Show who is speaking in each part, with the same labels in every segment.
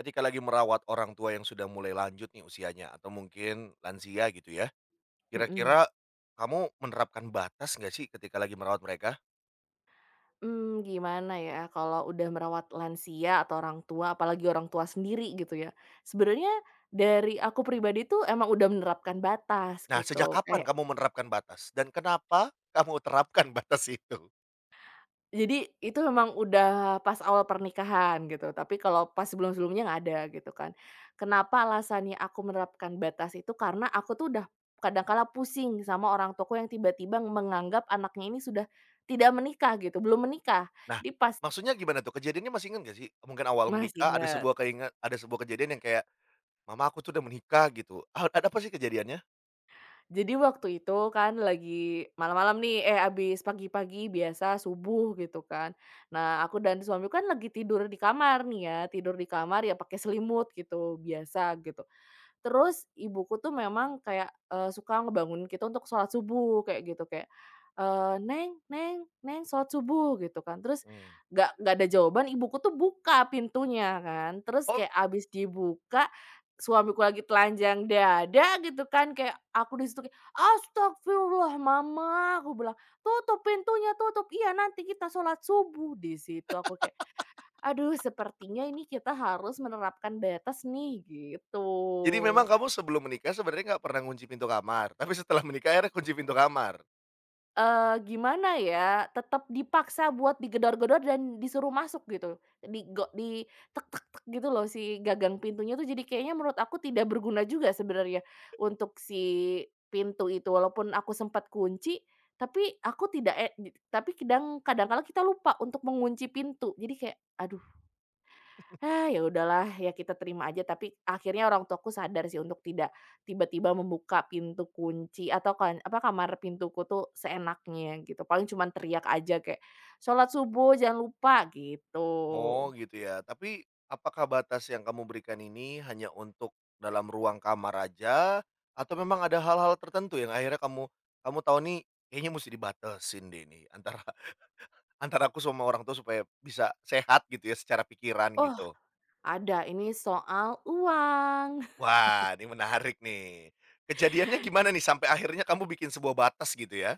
Speaker 1: Ketika lagi merawat orang tua yang sudah mulai lanjut nih usianya atau mungkin lansia gitu ya,
Speaker 2: Mhm.
Speaker 1: kira-kira kamu menerapkan batas nggak sih ketika lagi merawat mereka?
Speaker 2: Gimana ya, kalau udah merawat lansia atau orang tua, apalagi orang tua sendiri gitu ya, sebenarnya dari aku pribadi tuh emang udah menerapkan batas
Speaker 1: Nah, sejak
Speaker 2: gitu,
Speaker 1: kapan
Speaker 2: kayak
Speaker 1: kamu menerapkan batas dan kenapa kamu terapkan batas itu?
Speaker 2: jadi itu memang udah pas awal pernikahan gitu, tapi kalau pas sebelum-sebelumnya nggak ada gitu kan. Kenapa alasannya aku menerapkan batas itu, karena aku tuh udah kadang kala pusing sama orang tuaku yang tiba-tiba menganggap anaknya ini sudah tidak menikah gitu, belum menikah.
Speaker 1: Nah,
Speaker 2: Jadi pas
Speaker 1: maksudnya gimana tuh? Kejadiannya masih ingat gak sih? Mungkin awal
Speaker 2: masih
Speaker 1: menikah ada
Speaker 2: ingat.
Speaker 1: sebuah keinget ada sebuah kejadian yang kayak, "Mama aku tuh udah menikah," gitu. A ada apa sih kejadiannya?
Speaker 2: Jadi waktu itu kan lagi malam-malam nih, abis pagi-pagi biasa subuh gitu kan. Nah, aku dan suamiku kan lagi tidur di kamar nih ya, tidur di kamar ya pakai selimut gitu, biasa gitu. Terus ibuku tuh memang kayak, suka ngebangunin kita untuk sholat subuh kayak gitu, kayak, "Neng neng neng, sholat subuh," gitu kan. Terus
Speaker 1: Mmm.
Speaker 2: nggak ada jawaban, ibuku tuh buka pintunya kan, terus
Speaker 1: Oh,
Speaker 2: kayak abis dibuka, suamiku lagi telanjang dada gitu kan, kayak aku di situ kayak, "Astagfirullah mama," aku bilang, "tutup pintunya, tutup, iya nanti kita sholat subuh." Di situ aku kayak, "Aduh sepertinya ini kita harus menerapkan batas nih," gitu.
Speaker 1: jadi memang kamu sebelum menikah sebenarnya nggak pernah kunci pintu kamar, tapi setelah menikah akhirnya kunci pintu kamar?
Speaker 2: Gimana ya, tetap dipaksa buat digedor-gedor dan disuruh masuk gitu. Di tek-tek gitu loh si gagang pintunya tuh jadi kayaknya menurut aku tidak berguna juga sebenarnya untuk si pintu itu. Walaupun aku sempat kunci, tapi aku tidak e di tapi kadang kadang kala kita lupa untuk mengunci pintu. Jadi kayak, ya udahlah ya kita terima aja, tapi akhirnya orang tuaku sadar sih untuk tidak tiba-tiba membuka pintu kunci atau kan apa kamar pintuku tuh seenaknya gitu, paling cuman teriak aja kayak, "Sholat subuh jangan lupa!" gitu.
Speaker 1: Oh gitu ya, tapi apakah batas yang kamu berikan ini hanya untuk dalam ruang kamar aja atau memang ada hal-hal tertentu yang akhirnya kamu kamu tahu nih kayaknya mesti dibatasin deh nih antara antara aku sama orang tua supaya bisa sehat gitu ya secara pikiran
Speaker 2: Oh,
Speaker 1: gitu.
Speaker 2: ada, ini soal uang.
Speaker 1: Wah, ini menarik nih. Kejadiannya gimana nih sampai akhirnya kamu bikin sebuah batas gitu ya?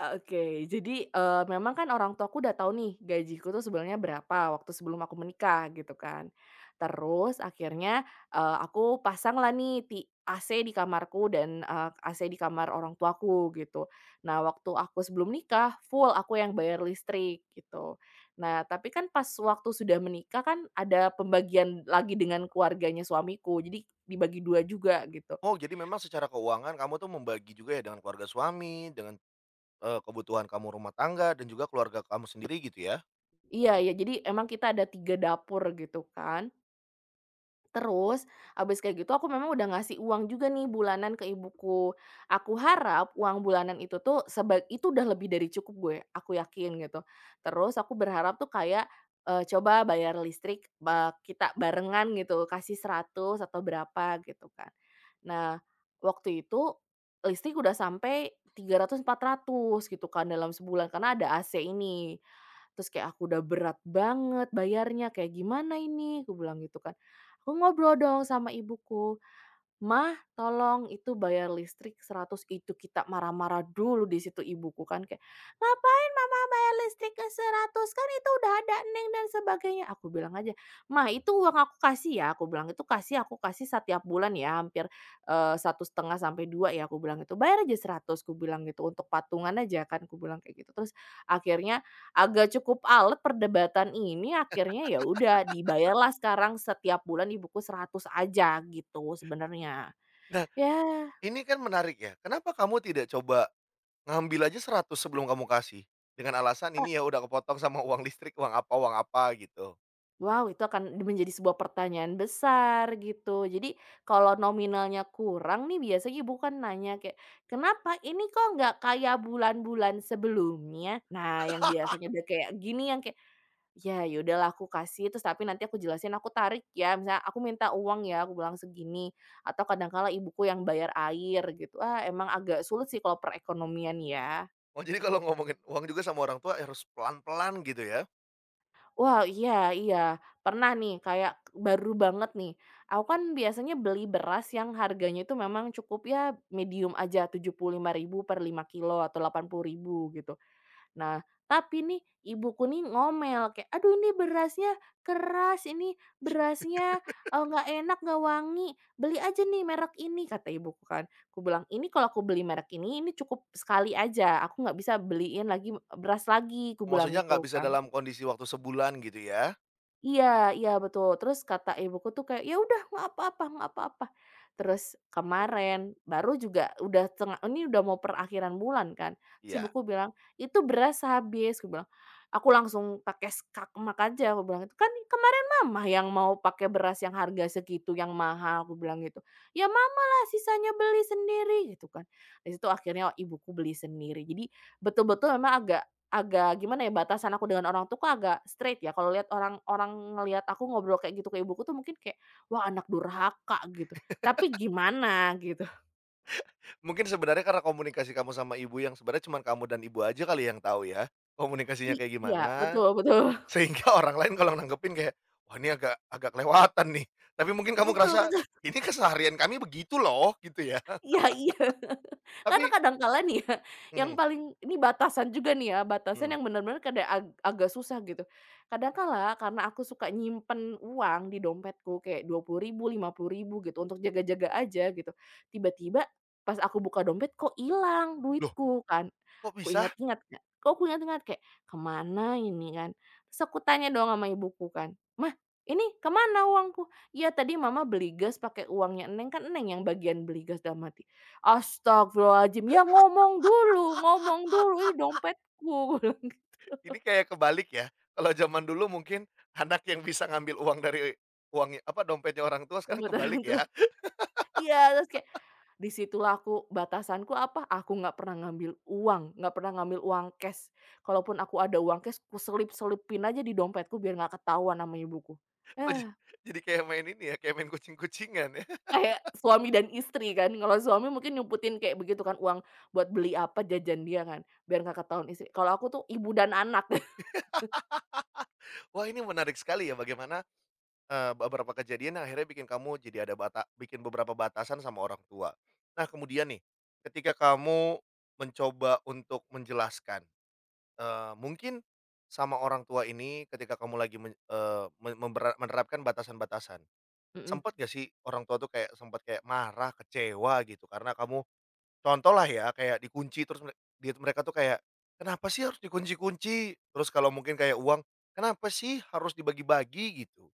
Speaker 2: Ah, oke, jadi, memang kan orang tuaku udah tahu nih gajiku tuh sebenarnya berapa waktu sebelum aku menikah gitu kan. Terus akhirnya, aku pasang lah nih AC di kamarku dan, AC di kamar orang tuaku gitu. Nah waktu aku sebelum nikah full aku yang bayar listrik gitu. Nah tapi kan pas waktu sudah menikah kan ada pembagian lagi dengan keluarganya suamiku jadi dibagi 2 juga gitu.
Speaker 1: Oh, jadi memang secara keuangan kamu tuh membagi juga ya dengan keluarga suami, dengan kebutuhan kamu rumah tangga dan juga keluarga kamu sendiri gitu ya?
Speaker 2: Iya ya, jadi emang kita ada 3 dapur gitu kan. Terus, abis kayak gitu aku memang udah ngasih uang juga nih bulanan ke ibuku. Aku harap uang bulanan itu tuh itu udah lebih dari cukup gue, aku yakin gitu. Terus aku berharap tuh kayak, coba bayar listrik kita barengan gitu, kasih 100 atau berapa gitu kan. Nah, waktu itu listrik udah sampai 300 400 gitu kan dalam sebulan karena ada AC ini. Terus kayak, "Aku udah berat banget bayarnya, kayak gimana ini?" Aku bilang gitu kan. Aku ngobrol dong sama ibuku, "Mah, tolong itu bayar listrik 100." Itu kita marah-marah dulu di situ ibuku kan kayak, "Ngapain mama bayar listrik ke 100? Kan itu udah ada Neng dan sebagainya." Aku bilang aja, "Mah, itu uang aku kasih ya," aku bilang, "itu kasih aku kasih setiap bulan ya hampir, satu setengah sampai 2 ya," aku bilang itu "bayar aja 100," aku bilang gitu, "untuk patungan aja kan," aku bilang kayak gitu. Terus akhirnya agak cukup alet perdebatan ini akhirnya ya udah dibayarlah sekarang setiap bulan ibuku 100 aja gitu sebenarnya. Ya,
Speaker 1: Ini kan menarik ya, kenapa kamu tidak coba ngambil aja 100 sebelum kamu kasih? Dengan alasan
Speaker 2: Kak,
Speaker 1: ini ya udah kepotong sama uang listrik, uang apa gitu.
Speaker 2: wow itu akan menjadi sebuah pertanyaan besar gitu. Jadi kalau nominalnya kurang nih biasanya ibu kan nanya kayak, "Kenapa ini kok nggak kayak bulan-bulan sebelumnya?" Nah yang biasanya udah kayak gini yang kayak ya, ya udahlah aku kasih terus tapi nanti aku jelasin, "Aku tarik ya," misalnya, "Aku minta uang ya," aku bilang segini, atau kadang kala ibuku yang bayar air gitu. Ah, emang agak sulit sih kalau perekonomian ya.
Speaker 1: Oh jadi kalau ngomongin uang juga sama orang tua harus pelan-pelan gitu ya?
Speaker 2: Wah, iya iya, pernah nih kayak baru banget nih, aku kan biasanya beli beras yang harganya itu memang cukup ya medium aja 75.000 per 5 kilo atau 80.000 gitu. Nah, tapi nih ibuku nih ngomel kayak, "Aduh ini berasnya keras, ini berasnya, nggak enak, nggak wangi, beli aja nih merek ini," kata ibuku kan. Aku bilang, "Ini kalau aku beli merek ini cukup sekali aja, aku nggak bisa beliin lagi beras lagi," aku bilang
Speaker 1: Maksudnya nggak
Speaker 2: gitu
Speaker 1: bisa
Speaker 2: kan.
Speaker 1: dalam kondisi waktu sebulan gitu ya?
Speaker 2: Iya iya betul. Terus kata ibuku tuh kayak, "Ya udah nggak apa-apa nggak apa-apa." Terus kemarin baru juga udah tengah ini udah mau perakhiran bulan kan, terus
Speaker 1: Iya.
Speaker 2: ibuku bilang, "Itu beras habis," aku bilang. Aku langsung pakai skakmat aja aku bilang itu, "Kan kemarin mama yang mau pakai beras yang harga segitu yang mahal," aku bilang gitu. "Ya mama lah sisanya beli sendiri," gitu kan. Di situ akhirnya ibuku beli sendiri. Jadi betul-betul memang agak agak gimana ya, batasan aku dengan orang tua agak straight ya, kalau lihat orang orang ngelihat aku ngobrol kayak gitu ke ibuku tuh mungkin kayak, "Wah anak durhaka," gitu, tapi gimana gitu.
Speaker 1: Mungkin sebenarnya karena komunikasi kamu sama ibu yang sebenarnya cuma kamu dan ibu aja kali yang tahu ya, komunikasinya
Speaker 2: I
Speaker 1: kayak
Speaker 2: iya,
Speaker 1: gimana,
Speaker 2: betul betul.
Speaker 1: sehingga orang lain kalau nanggepin kayak, "Wah ini agak agak kelewatan nih." Tapi mungkin kamu
Speaker 2: Betul
Speaker 1: ngerasa,
Speaker 2: betul.
Speaker 1: "Ini keseharian kami begitu loh," gitu ya.
Speaker 2: Iya iya. Karena
Speaker 1: Tapi
Speaker 2: kadangkala nih ya, yang
Speaker 1: mhm,
Speaker 2: paling ini batasan juga nih ya, batasan
Speaker 1: mhm.
Speaker 2: yang benar-benar kadang agak susah gitu. Kadangkala karena aku suka nyimpen uang di dompetku kayak 20.000, 50.000 gitu untuk jaga-jaga aja gitu. Tiba-tiba pas aku buka dompet kok hilang
Speaker 1: Loh,
Speaker 2: duitku kan.
Speaker 1: kok
Speaker 2: Aku
Speaker 1: bisa?
Speaker 2: ingat-ingat Kak, kok aku ingat-ingat kayak, "Kemana ini?" kan. Terus aku tanya dong sama ibuku kan, "Mah, ini kemana uangku?" "Iya tadi mama beli gas pakai uangnya Eneng." Kan Eneng yang bagian beli gas. Dalam hati astagfirullahaladzim, "Ya ngomong dulu, ini dompetku," gue bilang gitu
Speaker 1: Ini kayak kebalik ya. Kalau zaman dulu mungkin anak yang bisa ngambil uang dari uangnya apa, dompetnya orang tua sekarang
Speaker 2: buat
Speaker 1: kebalik
Speaker 2: orang tua.
Speaker 1: ya.
Speaker 2: Iya, terus kayak di situlah aku batasanku apa, aku nggak pernah ngambil uang, nggak pernah ngambil uang cash. Kalaupun aku ada uang cash, kuselip-selipin aja di dompetku biar nggak ketahuan sama ibuku.
Speaker 1: Oh, ja
Speaker 2: Ah,
Speaker 1: jadi kayak main ini ya, kayak main kucing-kucingan ya.
Speaker 2: kayak suami dan istri kan, kalau suami mungkin nyumputin kayak begitu kan, uang buat beli apa, jajan dia kan, biar nggak ketahuan istri. Kalau aku tuh ibu dan anak.
Speaker 1: Wah, ini menarik sekali ya bagaimana, beberapa kejadian yang akhirnya bikin kamu jadi ada bata bikin beberapa batasan sama orang tua. Nah kemudian nih, ketika kamu mencoba untuk menjelaskan mungkin sama orang tua ini ketika kamu lagi men me membera menerapkan batasan-batasan,
Speaker 2: Mhm.
Speaker 1: sempat gak sih orang tua tuh kayak sempat kayak marah, kecewa gitu karena kamu contohlah ya kayak dikunci terus mere dia mereka tuh kayak, "Kenapa sih harus dikunci-kunci?" Terus kalau mungkin kayak uang, "Kenapa sih harus dibagi-bagi?" Gitu.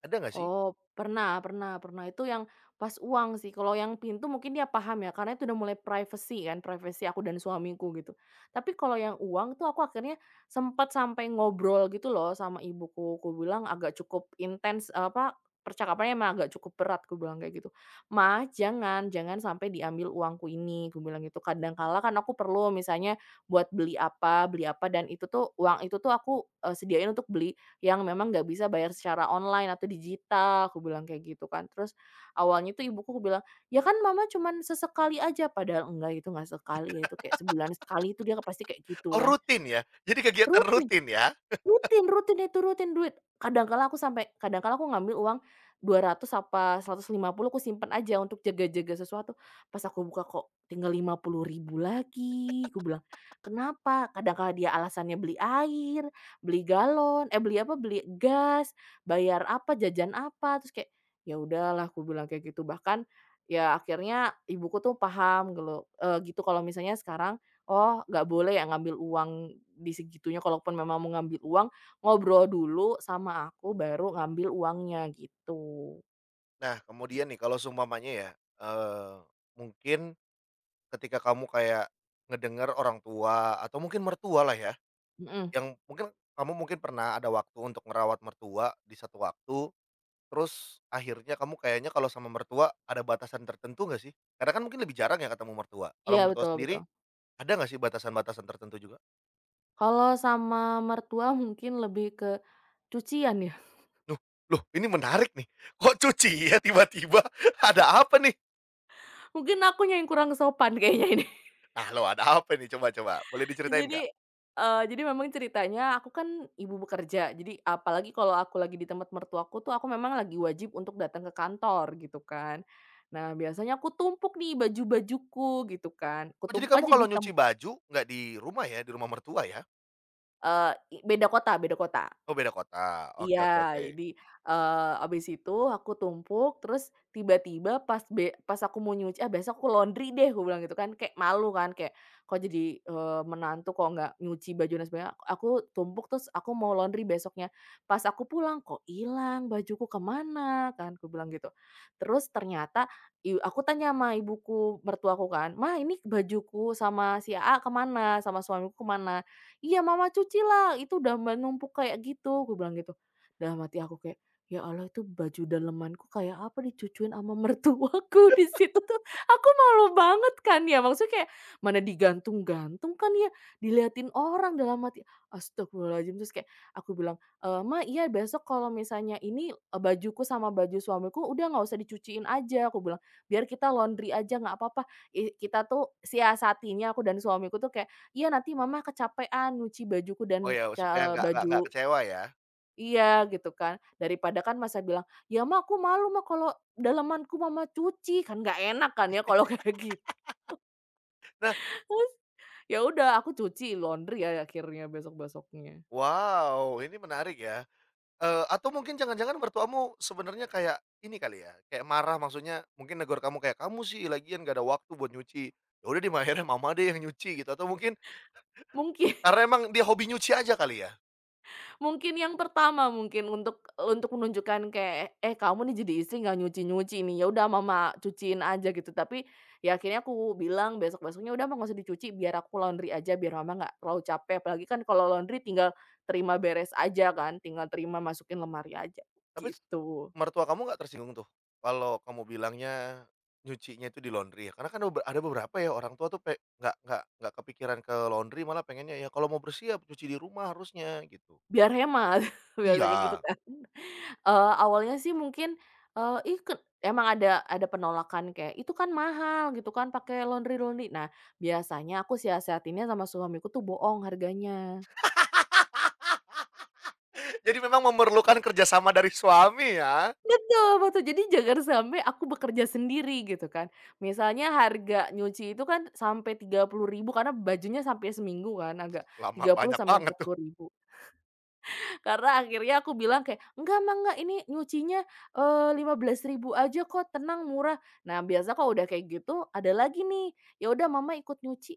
Speaker 1: Ada nggak sih?
Speaker 2: Oh, pernah pernah pernah. Itu yang pas uang sih, kalau yang pintu mungkin dia paham ya, karena itu udah mulai privacy kan, privacy aku dan suamiku gitu. Tapi kalau yang uang tuh aku akhirnya sempat sampai ngobrol gitu loh sama ibuku, aku bilang agak cukup intens, apa, percakapannya emang agak cukup berat, aku bilang kayak gitu. "Ma, jangan jangan sampai diambil uangku ini," aku bilang gitu, "kadang kala kan aku perlu misalnya buat beli apa, dan itu tuh uang itu tuh aku, sediain untuk beli yang memang nggak bisa bayar secara online atau digital," aku bilang kayak gitu kan. Terus awalnya tuh ibuku aku bilang, "Ya kan mama cuman sesekali aja," padahal enggak itu nggak sekali ya, itu kayak sebulan sekali itu dia pasti kayak
Speaker 1: Oh
Speaker 2: gitu kan.
Speaker 1: rutin ya? Jadi kegiatan
Speaker 2: Rutin
Speaker 1: rutin ya?
Speaker 2: rutin rutin itu, rutin duit. Kadangkala aku sampai kadangkala aku ngambil uang 200 apa Rp150 aku simpen aja untuk jaga-jaga sesuatu. Pas aku buka kok tinggal 50.000 lagi, aku bilang, "Kenapa?" Kadangkala dia alasannya beli air, beli galon, beli apa, beli gas, bayar apa, jajan apa, terus kayak, "Ya udahlah," aku bilang kayak gitu. Bahkan, ya akhirnya ibuku tuh paham kalau, gitu kalau misalnya sekarang oh, nggak boleh ya ngambil uang di segitunya, kalaupun memang mau ngambil uang, ngobrol dulu sama aku baru ngambil uangnya gitu.
Speaker 1: Nah kemudian nih kalau seumpamanya ya, eee, mungkin ketika kamu kayak ngedengar orang tua atau mungkin mertua lah ya,
Speaker 2: Mhm,
Speaker 1: yang mungkin kamu mungkin pernah ada waktu untuk ngerawat mertua di satu waktu, terus akhirnya kamu kayaknya kalau sama mertua ada batasan tertentu nggak sih? Karena kan mungkin lebih jarang ya ketemu mertua. Kalau
Speaker 2: iya
Speaker 1: mertua
Speaker 2: betul
Speaker 1: sendiri
Speaker 2: betul.
Speaker 1: ada nggak sih batasan-batasan tertentu juga?
Speaker 2: Kalau sama mertua mungkin lebih ke cucian ya,
Speaker 1: Loh, loh ini menarik nih. Kok cuci ya tiba-tiba? Ada apa nih?
Speaker 2: mungkin akunya yang kurang sopan kayaknya ini.
Speaker 1: Nah lo ada apa nih coba-coba? Boleh diceritain
Speaker 2: Jadi,
Speaker 1: nggak?
Speaker 2: jadi memang ceritanya aku kan ibu bekerja, jadi apalagi kalau aku lagi di tempat mertuaku tuh aku memang lagi wajib untuk datang ke kantor gitu kan. Nah biasanya aku tumpuk nih baju-bajuku gitu kan, aku
Speaker 1: Oh jadi
Speaker 2: tumpuk
Speaker 1: kamu
Speaker 2: aja
Speaker 1: kalau
Speaker 2: di
Speaker 1: nyuci
Speaker 2: tempat,
Speaker 1: baju nggak di rumah ya, di rumah mertua ya?
Speaker 2: eee, i beda kota beda kota.
Speaker 1: Oh beda kota. Oke, oke,
Speaker 2: Iya,
Speaker 1: oke.
Speaker 2: jadi, habis itu aku tumpuk, terus tiba-tiba pas aku mau nyuci, "Ah, besok aku laundry deh," aku bilang gitu kan, kayak malu kan, kayak kok jadi, menantu kok nggak nyuci baju dan sebagainya, aku tumpuk terus aku mau laundry besoknya. Pas aku pulang, "Kok hilang bajuku kemana?" Kan aku bilang gitu. Terus ternyata aku tanya sama ibuku mertuaku kan, "Mah ini bajuku sama si A kemana, sama suamiku kemana?" "Iya, Mama cuci lah, itu udah menumpuk kayak gitu," aku bilang gitu. Dalam hati aku kayak, "Ya Allah itu baju dalemanku kayak apa dicucuin sama mertuaku di situ tuh." Aku malu banget kan ya, maksudnya kayak mana digantung-gantung kan ya, diliatin orang. Dalam hati, astagfirullahaladzim. Terus kayak aku bilang, "Ma, iya besok kalau misalnya ini, bajuku sama baju suamiku udah nggak usah dicuciin aja," aku bilang, "biar kita laundry aja nggak apa-apa." Kita tuh siasatinya aku dan suamiku tuh kayak, "Iya nanti mama kecapean nyuci bajuku dan
Speaker 1: Oh ya, supaya nggak nggak
Speaker 2: baju,"
Speaker 1: kecewa ya.
Speaker 2: iya, gitu kan. Daripada kan masa bilang, "Ya, Ma, aku malu, Ma, kalau dalamanku Mama cuci." Kan nggak enak kan ya kalau kayak gitu.
Speaker 1: Nah,
Speaker 2: Terus, ya udah aku cuci laundry ya akhirnya besok-besoknya.
Speaker 1: wow, ini menarik ya. Atau mungkin jangan-jangan mertuamu sebenarnya kayak ini kali ya, kayak marah maksudnya mungkin negor kamu kayak, "Kamu sih lagian nggak ada waktu buat nyuci." Ya udah di ma akhirnya mama deh yang nyuci gitu atau mungkin
Speaker 2: Mungkin.
Speaker 1: karena emang dia hobi nyuci aja kali ya?
Speaker 2: Mungkin yang pertama mungkin untuk menunjukkan kayak, "Eh, kamu nih jadi istri nggak nyuci-nyuci nih, ya udah mama cuciin aja," gitu. Tapi ya akhirnya aku bilang besok-besoknya, "Udah, Mama, nggak usah dicuci, biar aku laundry aja, biar Mama nggak terlalu capek." Apalagi kan kalau laundry tinggal terima beres aja kan, tinggal terima masukin lemari aja,
Speaker 1: Tapi s
Speaker 2: gitu.
Speaker 1: mertua kamu nggak tersinggung tuh kalau kamu bilangnya nyucinya itu di laundry ya? Karena kan ada be ada beberapa ya orang tua tuh pe nggak nggak kepikiran ke laundry malah pengennya ya kalau mau bersih ya cuci di rumah harusnya gitu.
Speaker 2: Biar hemat, biasanya gitu
Speaker 1: Iya.
Speaker 2: kan. Awalnya sih mungkin, eee, ih ken emang ada penolakan kayak, "Itu kan mahal," gitu kan, "pakai laundry-laundry." Nah, biasanya aku siasatinnya sama suamiku tuh bohong harganya.
Speaker 1: Jadi memang memerlukan kerjasama dari suami ya?
Speaker 2: Betul betul, jadi jangan sampai aku bekerja sendiri gitu kan. Misalnya harga nyuci itu kan sampai 30.000 karena bajunya sampai seminggu kan, agak
Speaker 1: Lama
Speaker 2: tiga puluh
Speaker 1: banyak
Speaker 2: sampai
Speaker 1: banget
Speaker 2: empat
Speaker 1: tuh,
Speaker 2: puluh ribu Karena akhirnya aku bilang kayak, "Enggak, Mah, enggak, ini nyucinya, 15.000 aja kok, tenang, murah." Nah, biasa kalau udah kayak gitu ada lagi nih, "Ya udah Mama ikut nyuci."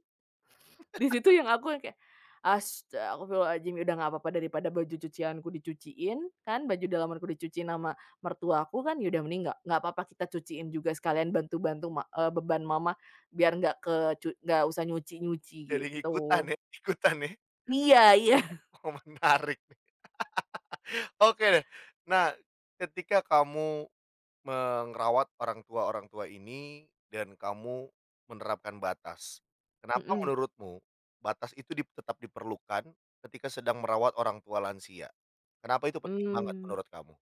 Speaker 2: Di situ yang aku yang kayak, "Astaghfirullahaladzim, udah nggak apa-apa daripada baju cucianku dicuciin kan, baju dalamanku dicuciin sama mertuaku kan, ya udah mending nggak apa-apa kita cuciin juga sekalian bantu-bantu beban Mama biar nggak ke cu nggak usah nyuci-nyuci."
Speaker 1: jadi
Speaker 2: Gitu.
Speaker 1: ngikutan ya ikutan nih.
Speaker 2: Iya iya.
Speaker 1: Oh menarik nih. Oke deh. Nah, ketika kamu merawat orang tua-orang tua ini dan kamu menerapkan batas, kenapa
Speaker 2: Mhm.
Speaker 1: menurutmu batas itu dip tetap diperlukan ketika sedang merawat orang tua lansia? Kenapa itu penting banget
Speaker 2: Mmm.
Speaker 1: menurut kamu?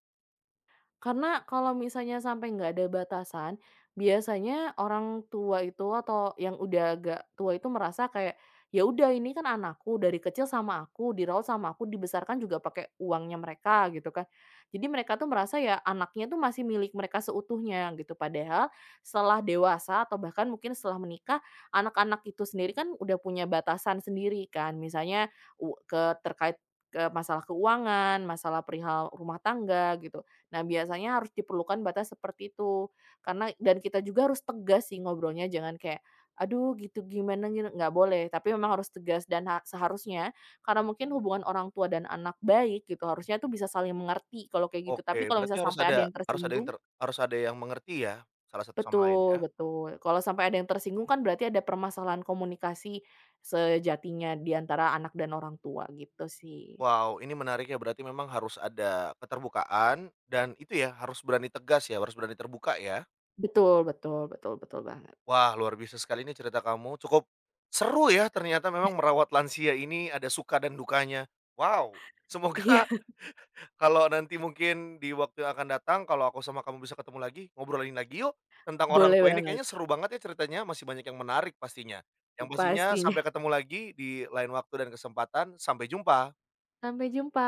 Speaker 2: Karena kalau misalnya sampai nggak ada batasan, biasanya orang tua itu atau yang udah agak tua itu merasa kayak, "Ya udah ini kan anakku, dari kecil sama aku, dirawat sama aku, dibesarkan juga pakai uangnya mereka," gitu kan. Jadi mereka tuh merasa ya anaknya tuh masih milik mereka seutuhnya gitu. Padahal setelah dewasa atau bahkan mungkin setelah menikah, anak-anak itu sendiri kan udah punya batasan sendiri kan. Misalnya u ke terkait ke masalah keuangan, masalah perihal rumah tangga gitu. Nah, biasanya harus diperlukan batas seperti itu, karena dan kita juga harus tegas sih ngobrolnya, jangan kayak, "Aduh gitu gimana gini," nggak boleh, tapi memang harus tegas dan seharusnya karena mungkin hubungan orang tua dan anak baik gitu, harusnya tuh bisa saling mengerti kalau kayak gitu. Tapi
Speaker 1: Oke,
Speaker 2: kalau
Speaker 1: berarti
Speaker 2: misalnya sampai ada yang
Speaker 1: harus ada yang
Speaker 2: tersinggung
Speaker 1: ter harus ada yang mengerti ya, salah satu sama lain
Speaker 2: betul
Speaker 1: ya?
Speaker 2: betul, kalau sampai ada yang tersinggung kan berarti ada permasalahan komunikasi sejatinya di antara anak dan orang tua gitu sih.
Speaker 1: Wow, ini menarik ya, berarti memang harus ada keterbukaan dan itu ya, harus berani tegas ya, harus berani terbuka ya.
Speaker 2: Betul betul betul betul banget.
Speaker 1: Wah, luar biasa sekali ini cerita kamu, cukup seru ya ternyata memang merawat lansia ini ada suka dan dukanya. Wow, semoga
Speaker 2: Iya,
Speaker 1: kalau nanti mungkin di waktu yang akan datang, kalau aku sama kamu bisa ketemu lagi, ngobrolin lagi yuk tentang orang
Speaker 2: boleh
Speaker 1: tua ini,
Speaker 2: banget,
Speaker 1: kayaknya seru banget ya ceritanya, masih banyak yang menarik pastinya. Yang pastinya
Speaker 2: pastinya.
Speaker 1: sampai ketemu lagi di lain waktu dan kesempatan, sampai jumpa.
Speaker 2: Sampai jumpa.